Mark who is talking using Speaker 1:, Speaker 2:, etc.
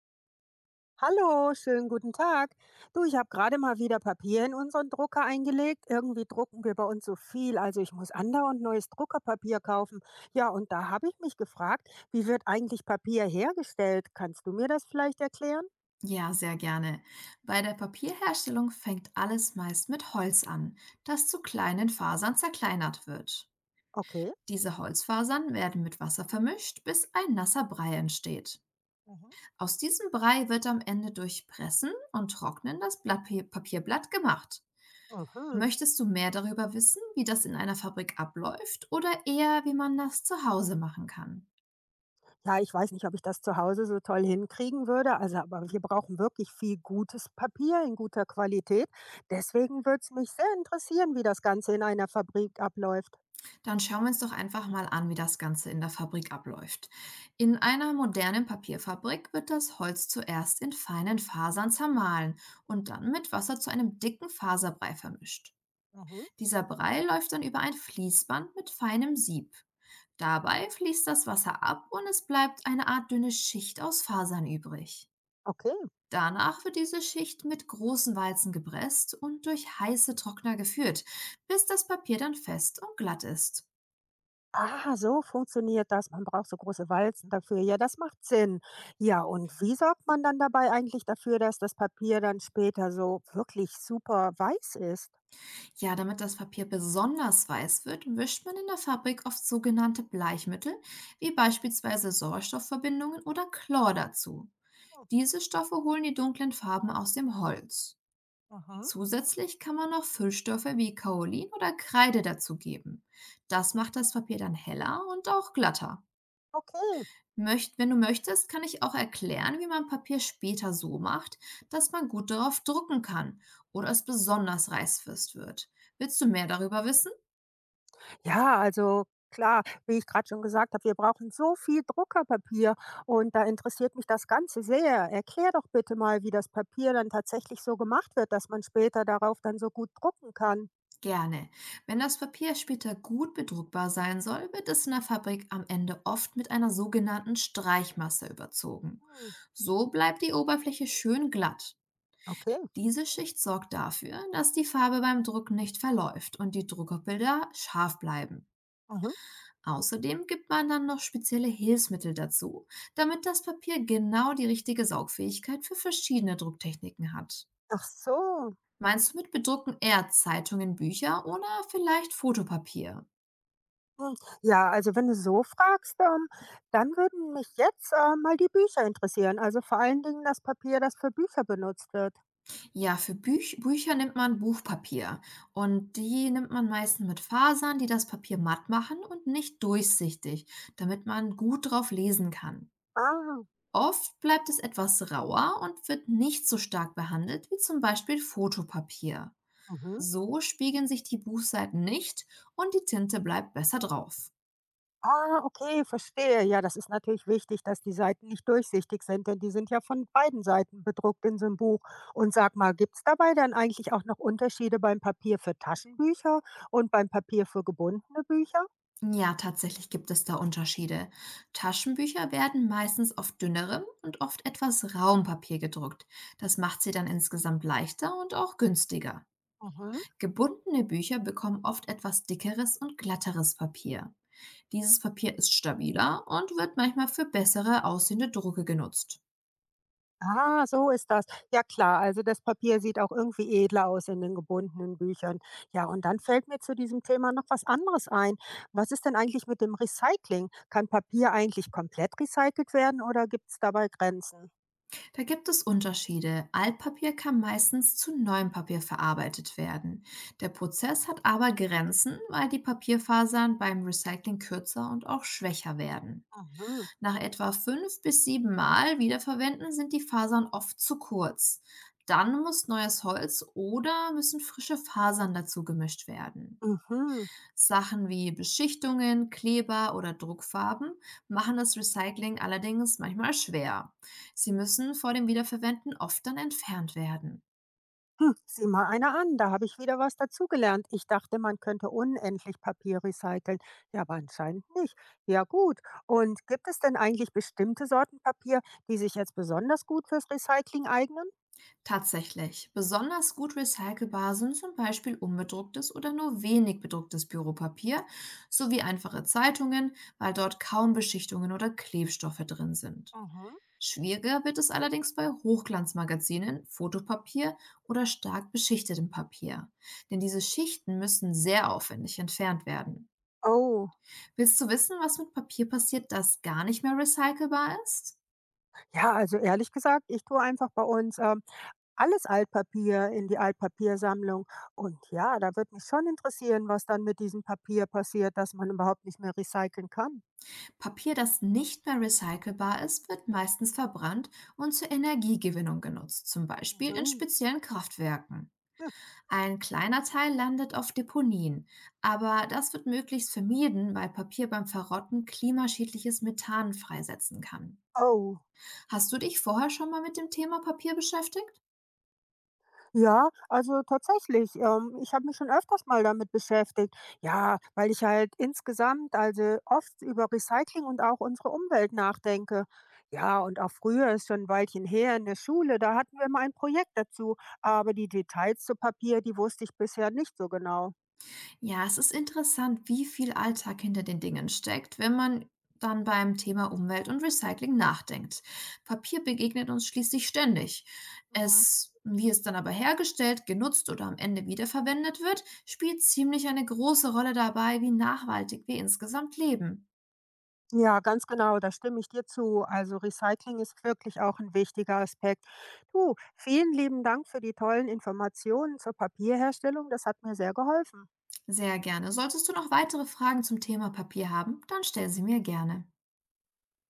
Speaker 1: Hallo, schönen guten Tag. Du, ich habe gerade mal wieder Papier in unseren Drucker eingelegt. Irgendwie drucken wir bei uns so viel, also ich muss andauernd neues Druckerpapier kaufen. Ja, und da habe ich mich gefragt, wie wird eigentlich Papier hergestellt? Kannst du mir das vielleicht erklären?
Speaker 2: Ja, sehr gerne. Bei der Papierherstellung fängt alles meist mit Holz an, das zu kleinen Fasern zerkleinert wird.
Speaker 1: Okay.
Speaker 2: Diese Holzfasern werden mit Wasser vermischt, bis ein nasser Brei entsteht.
Speaker 1: Mhm.
Speaker 2: Aus diesem Brei wird am Ende durch Pressen und Trocknen das Blatt Papierblatt gemacht.
Speaker 1: Mhm.
Speaker 2: Möchtest du mehr darüber wissen, wie das in einer Fabrik abläuft oder eher, wie man das zu Hause machen kann?
Speaker 1: Ja, ich weiß nicht, ob ich das zu Hause so toll hinkriegen würde. Also, aber wir brauchen wirklich viel gutes Papier in guter Qualität. Deswegen würde es mich sehr interessieren, wie das Ganze in einer Fabrik abläuft.
Speaker 2: Dann schauen wir uns doch einfach mal an, wie das Ganze in der Fabrik abläuft. In einer modernen Papierfabrik wird das Holz zuerst in feinen Fasern zermahlen und dann mit Wasser zu einem dicken Faserbrei vermischt.
Speaker 1: Mhm.
Speaker 2: Dieser Brei läuft dann über ein Fließband mit feinem Sieb. Dabei fließt das Wasser ab und es bleibt eine Art dünne Schicht aus Fasern übrig.
Speaker 1: Okay.
Speaker 2: Danach wird diese Schicht mit großen Walzen gepresst und durch heiße Trockner geführt, bis das Papier dann fest und glatt ist.
Speaker 1: Ah, so funktioniert das. Man braucht so große Walzen dafür. Ja, das macht Sinn. Ja, und wie sorgt man dann dabei eigentlich dafür, dass das Papier dann später so wirklich super weiß ist?
Speaker 2: Ja, damit das Papier besonders weiß wird, mischt man in der Fabrik oft sogenannte Bleichmittel, wie beispielsweise Sauerstoffverbindungen oder Chlor dazu.
Speaker 1: Oh.
Speaker 2: Diese Stoffe holen die dunklen Farben aus dem Holz.
Speaker 1: Aha,
Speaker 2: Zusätzlich kann man noch Füllstoffe wie Kaolin oder Kreide dazugeben. Das macht das Papier dann heller und auch glatter.
Speaker 1: okay.
Speaker 2: Wenn du möchtest, kann ich auch erklären, wie man Papier später so macht, dass man gut darauf drucken kann oder es besonders reißfest wird. Willst du mehr darüber wissen?
Speaker 1: Ja, also klar, wie ich gerade schon gesagt habe, wir brauchen so viel Druckerpapier und da interessiert mich das Ganze sehr. Erklär doch bitte mal, wie das Papier dann tatsächlich so gemacht wird, dass man später darauf dann so gut drucken kann.
Speaker 2: Gerne. Wenn das Papier später gut bedruckbar sein soll, wird es in der Fabrik am Ende oft mit einer sogenannten Streichmasse überzogen.
Speaker 1: Hm.
Speaker 2: So bleibt die Oberfläche schön glatt.
Speaker 1: Okay.
Speaker 2: Diese Schicht sorgt dafür, dass die Farbe beim Druck nicht verläuft und die Druckerbilder scharf bleiben.
Speaker 1: Aha.
Speaker 2: Außerdem gibt man dann noch spezielle Hilfsmittel dazu, damit das Papier genau die richtige Saugfähigkeit für verschiedene Drucktechniken hat.
Speaker 1: Ach so.
Speaker 2: Meinst du mit Bedrucken eher Zeitungen, Bücher oder vielleicht Fotopapier?
Speaker 1: Hm, ja, also wenn du so fragst, dann würden mich jetzt, mal die Bücher interessieren, also vor allen Dingen das Papier, das für Bücher benutzt wird.
Speaker 2: Ja, für Bücher nimmt man Buchpapier und die nimmt man meistens mit Fasern, die das Papier matt machen und nicht durchsichtig, damit man gut drauf lesen kann.
Speaker 1: Ah.
Speaker 2: Oft bleibt es etwas rauer und wird nicht so stark behandelt wie zum Beispiel Fotopapier.
Speaker 1: Mhm.
Speaker 2: So spiegeln sich die Buchseiten nicht und die Tinte bleibt besser drauf.
Speaker 1: Ah, okay, verstehe. Ja, das ist natürlich wichtig, dass die Seiten nicht durchsichtig sind, denn die sind ja von beiden Seiten bedruckt in so einem Buch. Und sag mal, gibt es dabei dann eigentlich auch noch Unterschiede beim Papier für Taschenbücher und beim Papier für gebundene Bücher?
Speaker 2: Ja, tatsächlich gibt es da Unterschiede. Taschenbücher werden meistens auf dünnerem und oft etwas rauem Papier gedruckt. Das macht sie dann insgesamt leichter und auch günstiger.
Speaker 1: Mhm.
Speaker 2: Gebundene Bücher bekommen oft etwas dickeres und glatteres Papier. Dieses Papier ist stabiler und wird manchmal für bessere aussehende Drucke genutzt.
Speaker 1: Ah, so ist das. Ja klar, also das Papier sieht auch irgendwie edler aus in den gebundenen Büchern. Ja, und dann fällt mir zu diesem Thema noch was anderes ein. Was ist denn eigentlich mit dem Recycling? Kann Papier eigentlich komplett recycelt werden oder gibt es dabei Grenzen?
Speaker 2: Da gibt es Unterschiede. Altpapier kann meistens zu neuem Papier verarbeitet werden. Der Prozess hat aber Grenzen, weil die Papierfasern beim Recycling kürzer und auch schwächer werden.
Speaker 1: Mhm.
Speaker 2: Nach etwa 5 bis 7 Mal wiederverwenden sind die Fasern oft zu kurz. Dann muss neues Holz oder müssen frische Fasern dazu gemischt werden.
Speaker 1: Mhm.
Speaker 2: Sachen wie Beschichtungen, Kleber oder Druckfarben machen das Recycling allerdings manchmal schwer. Sie müssen vor dem Wiederverwenden oft dann entfernt werden.
Speaker 1: Hm, sieh mal einer an, da habe ich wieder was dazugelernt. Ich dachte, man könnte unendlich Papier recyceln. Ja, aber anscheinend nicht. Ja gut, und gibt es denn eigentlich bestimmte Sorten Papier, die sich jetzt besonders gut fürs Recycling eignen?
Speaker 2: Tatsächlich, besonders gut recycelbar sind zum Beispiel unbedrucktes oder nur wenig bedrucktes Büropapier sowie einfache Zeitungen, weil dort kaum Beschichtungen oder Klebstoffe drin sind.
Speaker 1: Mhm.
Speaker 2: Schwieriger wird es allerdings bei Hochglanzmagazinen, Fotopapier oder stark beschichtetem Papier, denn diese Schichten müssen sehr aufwendig entfernt werden.
Speaker 1: Oh,
Speaker 2: Willst du wissen, was mit Papier passiert, das gar nicht mehr recycelbar ist?
Speaker 1: ja, also ehrlich gesagt, ich tue einfach bei uns alles Altpapier in die Altpapiersammlung. Und ja, da würde mich schon interessieren, was dann mit diesem Papier passiert, das man überhaupt nicht mehr recyceln kann.
Speaker 2: Papier, das nicht mehr recycelbar ist, wird meistens verbrannt und zur Energiegewinnung genutzt, zum Beispiel in
Speaker 1: Mhm.
Speaker 2: speziellen Kraftwerken. Ein kleiner Teil landet auf Deponien, aber das wird möglichst vermieden, weil Papier beim Verrotten klimaschädliches Methan freisetzen kann.
Speaker 1: Oh.
Speaker 2: Hast du dich vorher schon mal mit dem Thema Papier beschäftigt?
Speaker 1: Ja, also tatsächlich, ich habe mich schon öfters mal damit beschäftigt. Ja, weil ich halt insgesamt also oft über Recycling und auch unsere Umwelt nachdenke. Ja, und auch früher ist schon ein Weilchen her in der Schule, da hatten wir mal ein Projekt dazu, aber die Details zu Papier, die wusste ich bisher nicht so genau.
Speaker 2: Ja, es ist interessant, wie viel Alltag hinter den Dingen steckt, wenn man dann beim Thema Umwelt und Recycling nachdenkt. Papier begegnet uns schließlich ständig.
Speaker 1: Mhm.
Speaker 2: Wie es dann aber hergestellt, genutzt oder am Ende wiederverwendet wird, spielt ziemlich eine große Rolle dabei, wie nachhaltig wir insgesamt leben.
Speaker 1: Ja, ganz genau, da stimme ich dir zu. Also Recycling ist wirklich auch ein wichtiger Aspekt. Du, vielen lieben Dank für die tollen Informationen zur Papierherstellung, das hat mir sehr geholfen.
Speaker 2: Sehr gerne. Solltest du noch weitere Fragen zum Thema Papier haben, dann stell sie mir gerne.